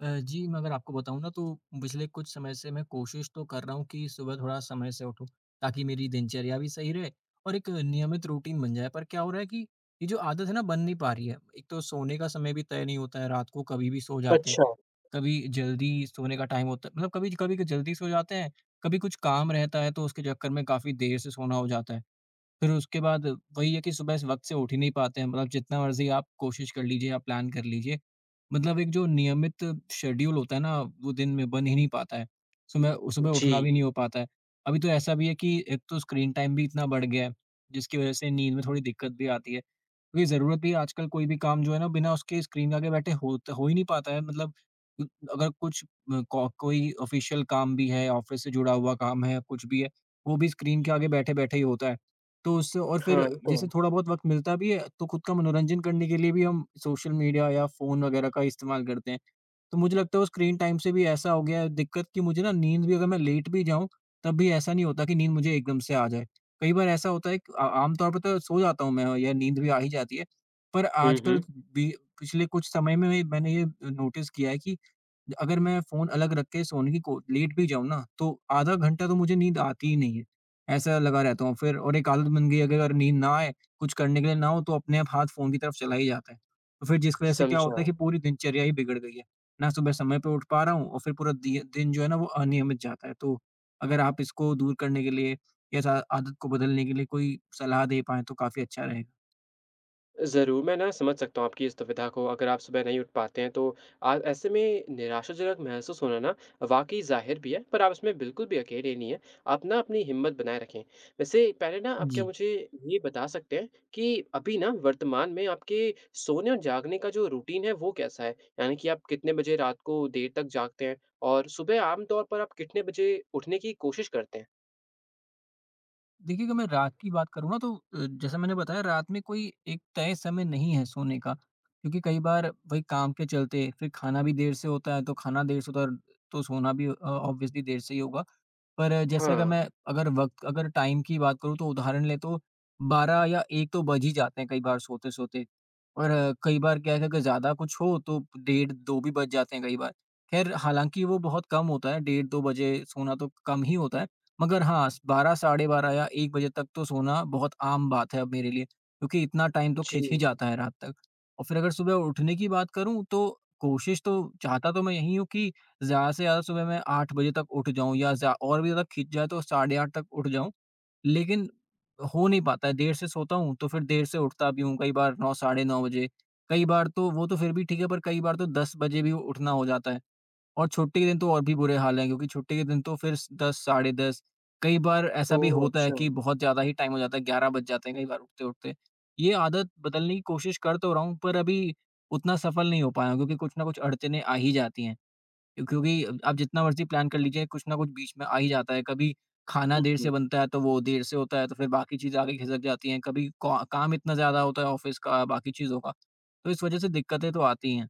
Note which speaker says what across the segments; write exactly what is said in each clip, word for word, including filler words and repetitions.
Speaker 1: अ, जी, मैं अगर आपको बताऊँ ना तो पिछले कुछ समय से मैं कोशिश तो कर रहा हूँ कि सुबह थोड़ा समय से उठूँ, ताकि मेरी दिनचर्या भी सही रहे और एक नियमित रूटीन बन जाए। पर क्या हो रहा है कि ये जो आदत है ना बन नहीं पा रही है। एक तो सोने का समय भी तय नहीं होता है, रात को कभी भी सो जाते हैं,
Speaker 2: अच्छा,
Speaker 1: कभी जल्दी सोने का टाइम होता है, मतलब कभी-कभी जल्दी सो जाते हैं, कभी कुछ काम रहता है तो उसके चक्कर में काफ़ी देर से सोना हो जाता है। फिर उसके बाद वही है कि सुबह से वक़्त से उठ ही नहीं पाते हैं, मतलब जितना मर्ज़ी आप कोशिश कर लीजिए, आप प्लान कर लीजिए, मतलब एक जो नियमित शेड्यूल होता है ना, वो दिन में बन ही नहीं पाता है। सुबह सुबह
Speaker 2: जी।
Speaker 1: उठना भी नहीं हो पाता है। अभी तो ऐसा भी है कि एक तो स्क्रीन टाइम भी इतना बढ़ गया है, जिसकी वज़ह से नींद में थोड़ी दिक्कत भी आती है, क्योंकि ज़रूरत भी है, आजकल कोई भी काम जो है ना, बिना उसके स्क्रीन के आगे बैठे हो त हो ही नहीं पाता है, मतलब उ अगर कुछ अ, को कोई ऑफ़िशियल काम भी है, ऑफ़िस से जुड़ा हुआ काम है, कुछ भी है, वो भी स्क्रीन के आगे बैठे-बैठे ही होता है। तो उससे और
Speaker 2: हाँ,
Speaker 1: फिर
Speaker 2: ये तो
Speaker 1: जैसे
Speaker 2: है।
Speaker 1: थोड़ा बहुत वक़्त मिलता भी है, तो खुद का मनोरंजन करने के लिए भी हम सोशल मीडिया या फ़ोन वगैरह का इस्तेमाल करते हैं। तो मुझे लगता है वो स्क्रीन टाइम से भी ऐसा हो गया है दिक्कत, कि मुझे ना नींद भी अगर मैं लेट भी जाऊँ, तब भी ऐसा नहीं होता कि नींद मुझे एकदम से आ जाए। कई बार ऐसा होता है कि आ आम तौर पे तो सो जाता हूँ मैं या नींद भी आ ही जाती है। पर
Speaker 2: हुँ,
Speaker 1: आजकल
Speaker 2: हुँ,
Speaker 1: बी पिछले कुछ समय में मैंने ये नोटिस किया है कि अगर मैं फ़ोन अलग रख के सोने की को लेट भी जाऊँ ना, तो आधा घंटा तो मुझे नींद आती ही नहीं है। ऐसा लगा रहता हूँ फिर, और एक आदत बन गई है कि अगर नींद ना आए, कुछ करने के लिए ना हो तो अपने आप हाथ फ़ोन की तरफ चला ही जाता है। तो फिर जिस वज़ह से क्या
Speaker 2: समझा।
Speaker 1: होता है कि पूरी दिनचर्या ही बिगड़ गई है। ना सुबह समय पे उठ पा रहा हूँ और फिर पूरा दिय दिन जो है ना वो अनियमित जाता है। तो अगर आप इसको दूर करने के लिए या इस आ- आदत को बदलने के लिए कोई सलाह दे पाएँ तो काफ़ी अच्छा रहेगा।
Speaker 2: ज़रूर, मैं ना समझ सकता हूँ आपकी इस दुविधा को, अगर आप सुबह नहीं उठ पाते हैं तो आ ऐसे में निराशाजनक महसूस होना ना वाक़ई ज़ाहिर भी है, पर आप इसमें बिल्कुल भी अकेले नहीं हैं। आप ना अपनी हिम्मत बनाए रखें। वैसे पहले ना आप क्या
Speaker 1: जी।
Speaker 2: मुझे ये बता सकते हैं कि अभी ना वर्तमान में आपके सोने और जागने का जो रूटीन है, वो कैसा है? यानी कि आप कितने बजे रात को देर तक जागते हैं और सुबह आम तौर पर आप कितने बजे उठने की कोशिश करते हैं?
Speaker 1: देखिए अगर मैं रात की बात करूँ ना तो अ, जैसा मैंने बताया, रात में कोई एक तय समय नहीं है सोने का। क्योंकि कई बार वही काम के चलते फिर खाना भी देर से होता है, तो खाना देर से होता है तो सोना भी अ, ऑब्वियसली देर से ही होगा। पर अ, जैसे अगर
Speaker 2: हाँ,
Speaker 1: मैं अगर वक़्त अगर टाइम की बात करूँ तो उदाहरण लें तो बारह या एक तो बज ही जाते हैं कई बार सोते-सोते। और अ, कई बार क्या है कि अगर ज़्यादा कुछ हो तो डेढ़ दो भी बज जाते हैं कई बार। ख़ैर हालाँकि वो बहुत कम होता है, डेढ़ दो बजे सोना तो कम ही होता है। मगर हाँ, बारह साढ़े बारह या एक बजे तक तो सोना बहुत आम बात है अब मेरे लिए, क्योंकि इतना टाइम तो
Speaker 2: जी।
Speaker 1: खिंच ही जाता है रात तक। और फिर अगर सुबह उठने की बात करूँ तो कोशिश तो चाहता तो मैं यही हूँ कि ज़्यादा से ज़्यादा सुबह मैं आठ बजे तक उठ जाऊँ या ज़्या और भी ज़्यादा खिंच जाए तो साढ़े आठ तक उठ जाऊँ। लेकिन हो नहीं पाता है, देर से सोता हूँ तो फिर देर से उठता भी हूँ, कई बार नौ साढ़े नौ बजे, कई बार तो वो तो फिर भी ठीक है पर कई बार तो दस बजे भी उठना हो जाता है। और छुट्टी के दिन तो और भी बुरे हाल हैं, क्योंकि छुट्टी के दिन तो फिर स दस साढ़े दस, कई बार ऐसा भी
Speaker 2: ओह!
Speaker 1: होता है
Speaker 2: अच्छा।
Speaker 1: कि बहुत ज़्यादा ही टाइम हो जाता है, ग्यारह बज जाते हैं कई बार उठते-उठते। ये आदत बदलने की कोशिश कर तो रहा हूँ पर अभी उतना सफल नहीं हो पाया हूँ, क्योंकि कुछ न कुछ अड़चनें आ ही जाती हैं। क्यों- क्योंकि आप जितना मर्ज़ी प्लान कर लीजिए कुछ न कुछ बीच में आ ही जाता है। कभी खाना
Speaker 2: हुँ,
Speaker 1: देर से
Speaker 2: हुँ।
Speaker 1: बनता है तो वो देर से होता है तो फिर बाकी चीज़ें आगे खिसक जाती हैं। कभी कौ काम इतना ज़्यादा होता है ऑफ़िस का, बाकी चीज़ों का, तो इस वज़ह से दिक्कतें तो आती हैं।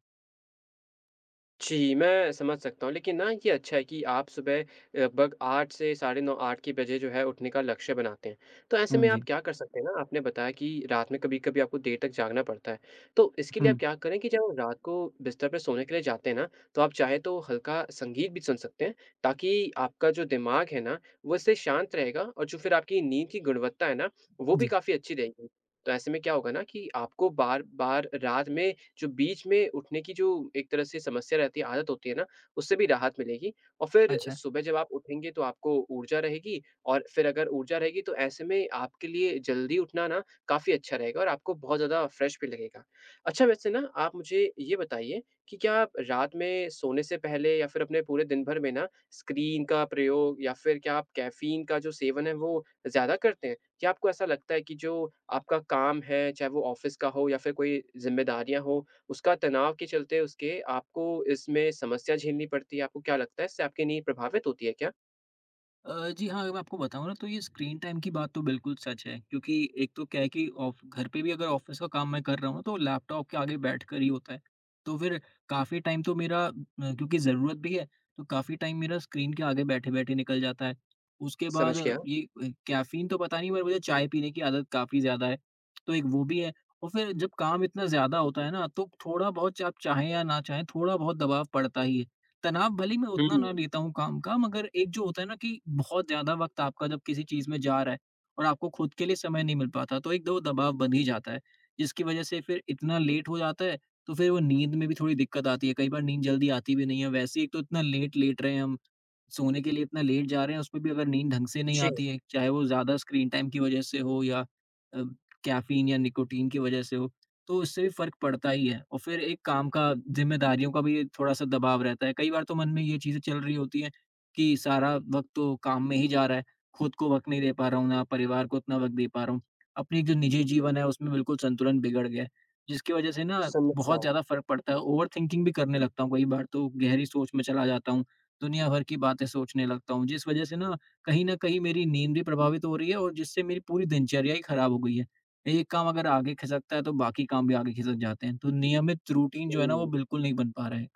Speaker 2: जी, मैं समझ सकता हूँ। लेकिन ना ये अच्छा है कि आप सुबह लगभग आठ से साढ़े नौ आठ के बजे जो है उठने का लक्ष्य बनाते हैं। तो ऐसे में
Speaker 1: हुँ,
Speaker 2: आप
Speaker 1: जी।
Speaker 2: क्या कर सकते हैं ना आपने बताया कि रात में कभी-कभी आपको देर तक जागना पड़ता है। तो इसके लिए आप
Speaker 1: हुँ,
Speaker 2: क्या करें कि जब आप रात को बिस्तर पे सोने के लिए जाते हैं ना, तो आप चाहे तो हल्का संगीत भी सुन सकते हैं ताकि आपका जो दिमाग है ना, वो इससे शांत रहेगा और जो फिर आपकी नींद की गुणवत्ता है ना, वो भी
Speaker 1: जी।
Speaker 2: काफ़ी अच्छी रहेगी। तो ऐसे में क्या होगा ना कि आपको बार-बार रात में जो बीच में उठने की जो एक तरह से समस्या रहती है, आदत होती है ना, उससे भी राहत मिलेगी और फिर
Speaker 1: अच्छा।
Speaker 2: सुबह जब आप उठेंगे तो आपको ऊर्जा रहेगी और फिर अगर ऊर्जा रहेगी तो ऐसे में आपके लिए जल्दी उठना ना काफ़ी अच्छा रहेगा और आपको बहुत ज़्यादा फ्रेश भी लगेगा। अच्छा वैसे ना आप मुझे ये बताइए कि क्या आप रात में सोने से पहले या फिर अपने पूरे दिन भर में ना स्क्रीन का प्रयोग या फिर क्या आप कैफ़ीन का जो सेवन है वो ज़्यादा करते हैं? क्या आपको ऐसा लगता है कि जो आपका काम है, चाहे वो ऑफ़िस का हो या फिर कोई ज़िम्मेदारियाँ हो, उसका तनाव के चलते उसके आपको इसमें समस्या झेलनी पड़ती है, आपको क्या लगता है इससे आपकी नींद प्रभावित होती है क्या?
Speaker 1: अ, जी हाँ, अगर मैं आपको बताऊँ ना तो ये स्क्रीन टाइम की बात तो बिल्कुल सच है, क्योंकि एक तो क्या है कि ऑफ घर पे भी अगर ऑफ़िस का काम मैं कर रहा हूँ ना तो लैपटॉप के आगे बैठकर ही होता है। तो फिर काफ़ी टाइम तो मेरा अ, क्योंकि ज़रूरत भी है, तो काफ़ी टाइम मेरा स्क्रीन के आगे बैठे-बैठे निकल जाता है। उसके बाद
Speaker 2: समझ गया।
Speaker 1: ये अ, कैफ़ीन तो पता नहीं, पर मुझे चाय पीने की आदत काफ़ी ज़्यादा है, तो एक वो भी है। और फिर जब काम इतना ज़्यादा होता है ना तो थोड़ा-बहुत च आप चाहें या ना चाहें थोड़ा-बहुत दबाव पड़ता ही है। तनाव भले ही मैं उतना ना
Speaker 2: हुँ,
Speaker 1: लेता हूँ काम का, मगर एक जो होता है ना कि बहुत ज़्यादा वक़्त आपका जब किसी चीज़ में जा रहा है और आपको खुद के लिए समय नहीं मिल पाता, तो एक दो दबाव बन ही जाता है, जिसकी वज़ह से फिर इतना लेट हो जाता है तो फिर वो नींद में भी थोड़ी दिक्कत आती है। कई बार नींद जल्दी आती भी नहीं है। वैसे ही एक तो इतना लेट लेट रहे हैं हम, सोने के लिए इतना लेट जा रहे हैं, उसमें भी अगर नींद ढंग से नहीं
Speaker 2: जी,
Speaker 1: आती है, चाहे वो ज़्यादा स्क्रीन टाइम की वज़ह से हो या अ, कैफ़ीन या निकोटीन की वज़ह से हो। तो इससे भी फ़र्क पड़ता ही है और फिर एक काम का, ज़िम्मेदारियों का भी थोड़ा-सा दबाव रहता है। कई बार तो मन में ये चीज़ें चल रही होती हैं कि सारा वक़्त तो काम में ही जा रहा है, खुद को वक़्त नहीं दे पा रहा हूँ, ना परिवार को उतना वक़्त दे पा रहा हूँ। अपनी जो निजी जीवन है उसमें बिल्कुल संतुलन बिगड़ गया है, जिसकी वज़ह से ना
Speaker 2: समझा।
Speaker 1: बहुत ज़्यादा फ़र्क पड़ता है। ओवरथिंकिंग भी करने लगता हूँ, कई बार तो गहरी सोच में चला जाता हूँ, दुनिया भर की बातें सोचने लगता हूँ, जिस वज़ह से ना कहीं न कहीं मेरी नींद भी प्रभावित हो रही है और जिससे मेरी पूरी दिनचर्या ही ख़राब हो गई है। एक काम अगर आगे खिसकता है तो बाकी काम भी आगे खिसक जाते हैं। तो नियमित रूटीन जो है ना वो
Speaker 2: हुँ।
Speaker 1: बिल्कुल नहीं बन पा रहा है।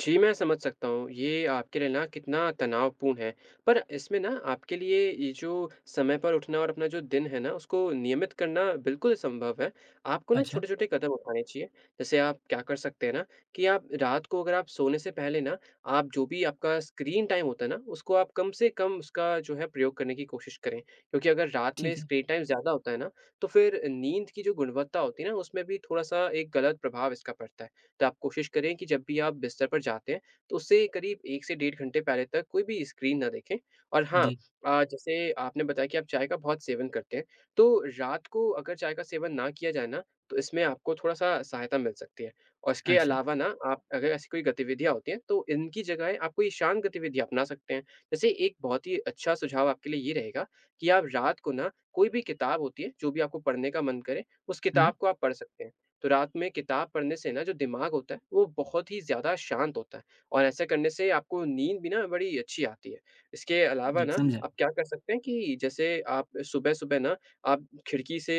Speaker 2: जी, मैं समझ सकता हूँ। ये आपके लिए ना कितना तनावपूर्ण है। पर इसमें ना आपके लिए ये जो समय पर उठना और अपना जो दिन है ना, उसको नियमित करना बिल्कुल संभव है। आपको ना
Speaker 1: अच्छा।
Speaker 2: छोटे-छोटे कदम उठाने चाहिए। जैसे आप क्या कर सकते हैं ना कि आप रात को अगर आप सोने से पहले ना, आप जो भी आपका स्क्रीन टाइम होता है ना, उसको आप कम से कम उसका जो है प्रयोग करने की कोशिश करें। क्योंकि अगर रात में
Speaker 1: ठीक है।
Speaker 2: स्क्रीन टाइम ज़्यादा होता है ना, तो फिर नींद की जो गुणवत्ता होती है ना, उसमें भी थोड़ा-सा एक गलत प्रभाव इसका पड़ता है। तो आप कोशिश करें कि जब भी आप बिस्तर पर जाते हैं, तो उससे करीब एक से डेढ़ घंटे पहले तक कोई भी स्क्रीन ना देखें और हाँ
Speaker 1: जी।
Speaker 2: अ, जैसे आपने बताया कि आप चाय का बहुत सेवन करते हैं, तो रात को अगर चाय का सेवन ना किया जाए ना, तो इसमें आपको थोड़ा-सा सहायता मिल सकती है और इसके
Speaker 1: अच्छा।
Speaker 2: अलावा ना आप अगर ऐसी कोई गतिविधियाँ होती हैं, तो इनकी जगह आप कोई शांत गतिविधि अपना सकते हैं। जैसे एक बहुत ही अच्छा सुझाव आपके लिए ये रहेगा कि आप रात को ना कोई भी किताब होती है, जो भी आपको पढ़ने का मन करे, उस
Speaker 1: हुँ।
Speaker 2: किताब को आप पढ़ सकते हैं। तो रात में किताब पढ़ने से ना जो दिमाग होता है वो बहुत ही ज़्यादा शांत होता है और ऐसा करने से आपको नींद भी ना बड़ी अच्छी आती है। इसके अलावा
Speaker 1: जी।
Speaker 2: ना
Speaker 1: समझा।
Speaker 2: आप क्या कर सकते हैं कि जैसे आप सुबह-सुबह ना आप खिड़की से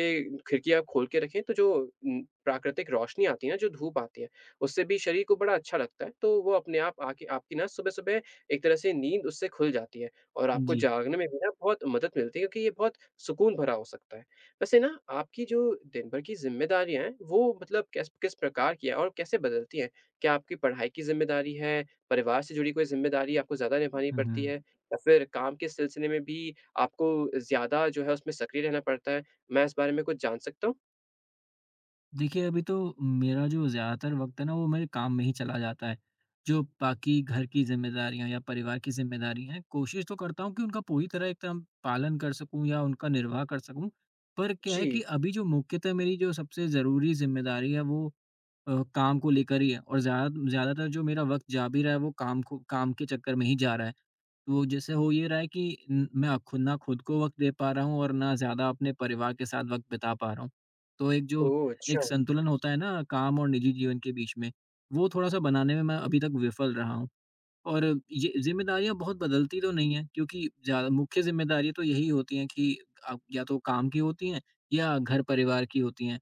Speaker 2: खिड़की आप खोल के रखें तो जो उम, प्राकृतिक रोशनी आती है ना, जो धूप आती है, उससे भी शरीर को बड़ा अच्छा लगता है। तो वो अपने आप आके आपकी ना सुबह-सुबह एक तरह से नींद उससे खुल जाती है और आपको
Speaker 1: जी।
Speaker 2: जागने में भी ना बहुत मदद मिलती है क्योंकि ये बहुत सुकून भरा हो सकता है। वैसे ना आपकी जो दिन भर की ज़िम्मेदारियाँ हैं, वो मतलब किस किस प्रकार की हैं और कैसे बदलती हैं? क्या आपकी पढ़ाई की ज़िम्मेदारी है, परिवार से जुड़ी कोई ज़िम्मेदारी आपको ज़्यादा निभानी
Speaker 1: हुँ,
Speaker 2: पड़ती
Speaker 1: हुँ।
Speaker 2: है या फिर काम के सिलसिले में भी आपको ज़्यादा जो है उसमें सक्रिय रहना पड़ता है? मैं इस बारे में कुछ जान सकता हूँ?
Speaker 1: देखिए अभी तो मेरा जो ज़्यादातर वक़्त है ना वो मेरे काम में ही चला जाता है। जो बाकी घर की ज़िम्मेदारियाँ या परिवार की ज़िम्मेदारियाँ हैं, कोशिश तो करता हूँ कि उनका पूरी तरह एकदम पालन कर सकूँ या उनका निर्वाह कर सकूँ। पर क्या है कि
Speaker 2: जी।
Speaker 1: अभी जो मुख्यतः मेरी जो सबसे ज़रूरी ज़िम्मेदारी है वो अ, काम को लेकर ही है, और ज़्यादा ज़्यादातर जो मेरा वक़्त जा भी रहा है वो काम को काम के चक्कर में ही जा रहा है। तो जैसे हो ये रहा है कि न मैं अ- खुद ना खुद को वक़्त दे पा रहा हूँ और ना ज़्यादा अपने परिवार के साथ वक़्त बिता पा रहा हूँ। तो एक जो
Speaker 2: ओह! अच्छा।
Speaker 1: एक संतुलन होता है ना काम और निजी जीवन के बीच में, वो थोड़ा-सा बनाने में मैं अभी तक विफल रहा हूँ। और ये ज़िम्मेदारियाँ बहुत बदलती तो नहीं हैं, क्योंकि ज़्यादा मुख्य ज़िम्मेदारियाँ तो यही होती हैं कि आप या तो काम की होती हैं या घर-परिवार की होती हैं।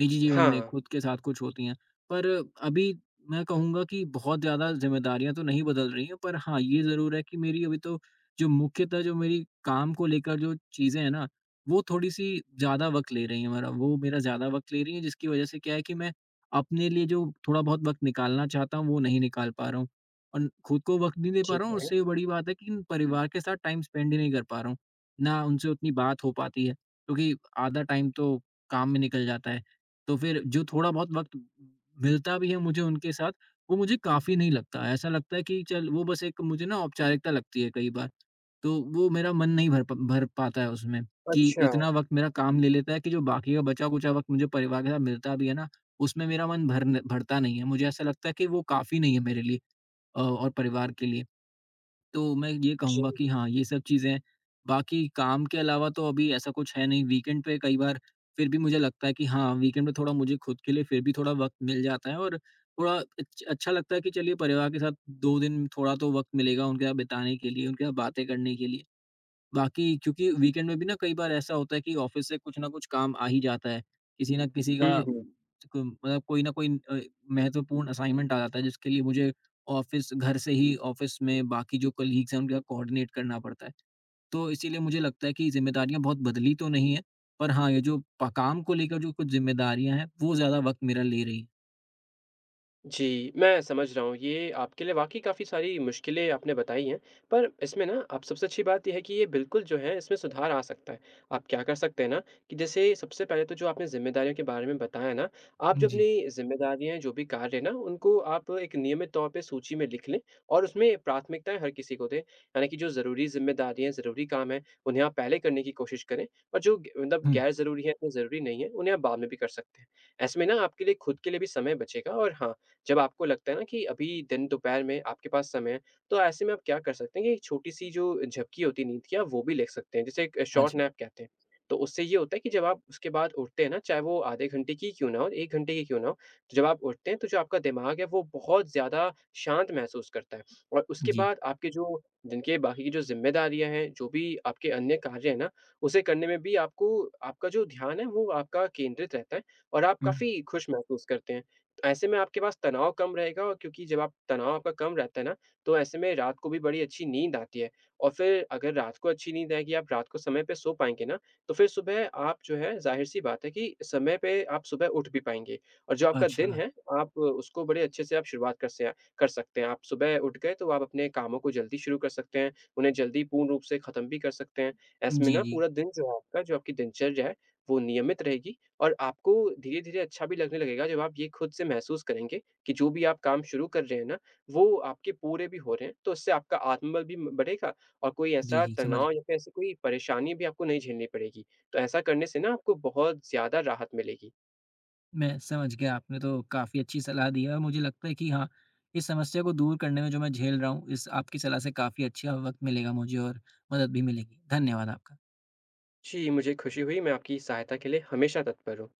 Speaker 1: निजी जीवन में
Speaker 2: हाँ।
Speaker 1: खुद के साथ कुछ होती हैं। पर अभी मैं कहूँगा कि बहुत ज़्यादा ज़िम्मेदारियाँ तो नहीं बदल रही हैं, पर हाँ, ये ज़रूर है कि मेरी अभी तो जो मुख्यतः जो मेरी काम को लेकर जो चीज़ें हैं ना, वो थोड़ी-सी ज़्यादा वक़्त ले रही हैं मेरा। वो मेरा ज़्यादा वक़्त ले रही हैं, जिसकी वज़ह से क्या है कि मैं अपने लिए जो थोड़ा बहुत वक़्त निकालना चाहता हूँ, वो नहीं निकाल पा रहा हूँ। और खुद को वक़्त नहीं दे पा
Speaker 2: ठीक
Speaker 1: रहा हूँ,
Speaker 2: है।
Speaker 1: उससे बड़ी बात है कि परिवार के साथ टाइम स्पेंड ही नहीं कर पा रहा हूँ। ना उनसे उतनी बात हो पाती है, क्योंकि आधा टाइम तो काम में निकल जाता है। तो फिर जो थोड़ा बहुत वक़्त मिलता भी है मुझे उनके साथ, वो मुझे काफ़ी नहीं लगता। ऐसा लगता है कि चल वो बस एक मुझे ना औपचारिकता लगती है कई बार। तो वो मेरा मन नहीं भर प भर पाता है उसमें, कि
Speaker 2: अच्छा।
Speaker 1: इतना वक़्त मेरा काम ले लेता है कि जो बाकी का बचा-खुचा वक़्त मुझे परिवार के साथ मिलता भी है ना, उसमें मेरा मन भर न भरता नहीं है। मुझे ऐसा लगता है कि वो काफ़ी नहीं है मेरे लिए। अ, और परिवार के लिए। तो मैं ये
Speaker 2: जी।
Speaker 1: कहूँगा कि हाँ, ये सब चीज़ें बाकी काम के अलावा तो अभी ऐसा कुछ है नहीं। वीकेंड पे कई बार फिर भी मुझे लगता है कि हाँ, वीकेंड पे थोड़ा मुझे खुद के लिए फिर भी थोड़ा वक़्त मिल जाता है और थोड़ा अच्छ अच्छा लगता है कि चलिए परिवार के साथ दो दिन थोड़ा तो वक़्त मिलेगा उनके साथ बिताने के लिए, उनके साथ बातें करने के लिए। बाकी क्योंकि वीकेंड में भी ना कई बार ऐसा होता है कि ऑफिस से कुछ ना कुछ काम आ ही जाता है। किसी ना किसी का
Speaker 2: हुँ, हुँ।
Speaker 1: को मतलब कोई ना कोई अ, महत्वपूर्ण असाइनमेंट आ जाता है जिसके लिए मुझे ऑफिस घर से ही ऑफिस में बाकी जो कलीग्स हैं उनके साथ कोऑर्डिनेट करना पड़ता है। तो इसीलिए मुझे लगता है कि ज़िम्मेदारियाँ बहुत बदली तो नहीं हैं, पर हाँ, ये जो प काम को लेकर जो कुछ ज़िम्मेदारियाँ हैं, वो ज़्यादा वक़्त मेरा ले रही
Speaker 2: जी, मैं समझ रहा हूँ। ये आपके लिए वाक़ई काफ़ी सारी मुश्किलें आपने बताई हैं, पर इसमें ना आप सबसे अच्छी बात ये है कि ये बिल्कुल जो है इसमें सुधार आ सकता है। आप क्या कर सकते हैं ना कि जैसे सबसे पहले तो जो आपने ज़िम्मेदारियों के बारे में बताया ना, आप
Speaker 1: हैं।
Speaker 2: जो
Speaker 1: जी।
Speaker 2: अपनी ज़िम्मेदारियाँ जो भी कार्य हैं ना, उनको आप एक नियमित तौर पे सूची में लिख लें और उसमें प्राथमिकताएँ हर किसी को दें। यानी कि जो ज़रूरी ज़िम्मेदारियाँ हैं, ज़रूरी काम हैं, उन्हें आप पहले करने की कोशिश करें और जो ग मतलब
Speaker 1: हुँ।
Speaker 2: गैर ज़रूरी है, इतने ज़रूरी नहीं है, उन्हें आप बाद में भी कर सकते हैं। ऐसे में ना आपके लिए खुद के लिए भी समय बचेगा और हाँ, जब आपको लगता है ना कि अभी दिन दोपहर में आपके पास समय है, तो ऐसे में आप क्या कर सकते हैं कि एक छोटी-सी जो झपकी होती है नींद की, आप वो भी ले सकते हैं, जिसे एक शॉर्ट
Speaker 1: अच्छा।
Speaker 2: नैप कहते हैं। तो उससे ये होता है कि जब आप उसके बाद उठते हैं ना, चाहे वो आधे घंटे की क्यों ना हो, एक घंटे की क्यों ना हो, तो जब आप उठते हैं, तो जो आपका दिमाग है, वो बहुत ज़्यादा शांत महसूस करता है और उसके
Speaker 1: जी।
Speaker 2: बाद आपके जो दिन के बाकी की जो ज़िम्मेदारियाँ हैं, जो भी आपके अन्य कार्य हैं ना, उसे करने में भी आपको आपका जो ध्यान है, वो आपका केंद्रित रहता है और आप
Speaker 1: हुँ।
Speaker 2: काफ़ी खुश महसूस करते हैं। ऐसे में आपके पास तनाव कम रहेगा और क्योंकि जब आप तनाव आपका कम रहता है ना, तो ऐसे में रात को भी बड़ी अच्छी नींद आती है और फिर अगर रात को अच्छी नींद आएगी, आप रात को समय पे सो पाएँगे ना, तो फिर सुबह आप जो है ज़ाहिर-सी बात है कि समय पे आप सुबह उठ भी पाएँगे और जो आपका दिन
Speaker 1: अच्छा।
Speaker 2: है, आप उसको बड़े अच्छे से आप शुरुआत कर से कर सकते हैं। आप सुबह उठ गए तो आप अपने कामों को जल्दी शुरू कर सकते हैं, उन्हें जल्दी पूर्ण रूप से खत्म भी कर सकते हैं। ऐसे में
Speaker 1: जी,
Speaker 2: ना
Speaker 1: जी।
Speaker 2: पूरा दिन जो है आपका, जो आपकी दिनचर्या है, वो नियमित रहेगी और आपको धीरे-धीरे अच्छा भी लगने लगेगा जब आप ये खुद से महसूस करेंगे कि जो भी आप काम शुरू कर रहे हैं ना, वो आपके पूरे भी हो रहे हैं, तो उससे आपका आत्मबल भी म बढ़ेगा और कोई
Speaker 1: जी,
Speaker 2: ऐसा
Speaker 1: जी समझ
Speaker 2: तनाव
Speaker 1: गया।
Speaker 2: या फिर ऐसी कोई परेशानी भी आपको नहीं झेलनी पड़ेगी। तो ऐसा करने से ना आपको बहुत ज़्यादा राहत मिलेगी।
Speaker 1: मैं समझ गया, आपने तो काफ़ी अच्छी सलाह दी है और मुझे लगता है कि हाँ, इस समस्या को दूर करने में जो मैं झेल रहा हूँ, इस आपकी सलाह से काफ़ी अच्छा वक़्त मिलेगा मुझे और मदद भी मिलेगी। धन्यवाद आपका।
Speaker 2: जी, मुझे खुशी हुई, मैं आपकी सहायता के लिए हमेशा तत्पर हूँ।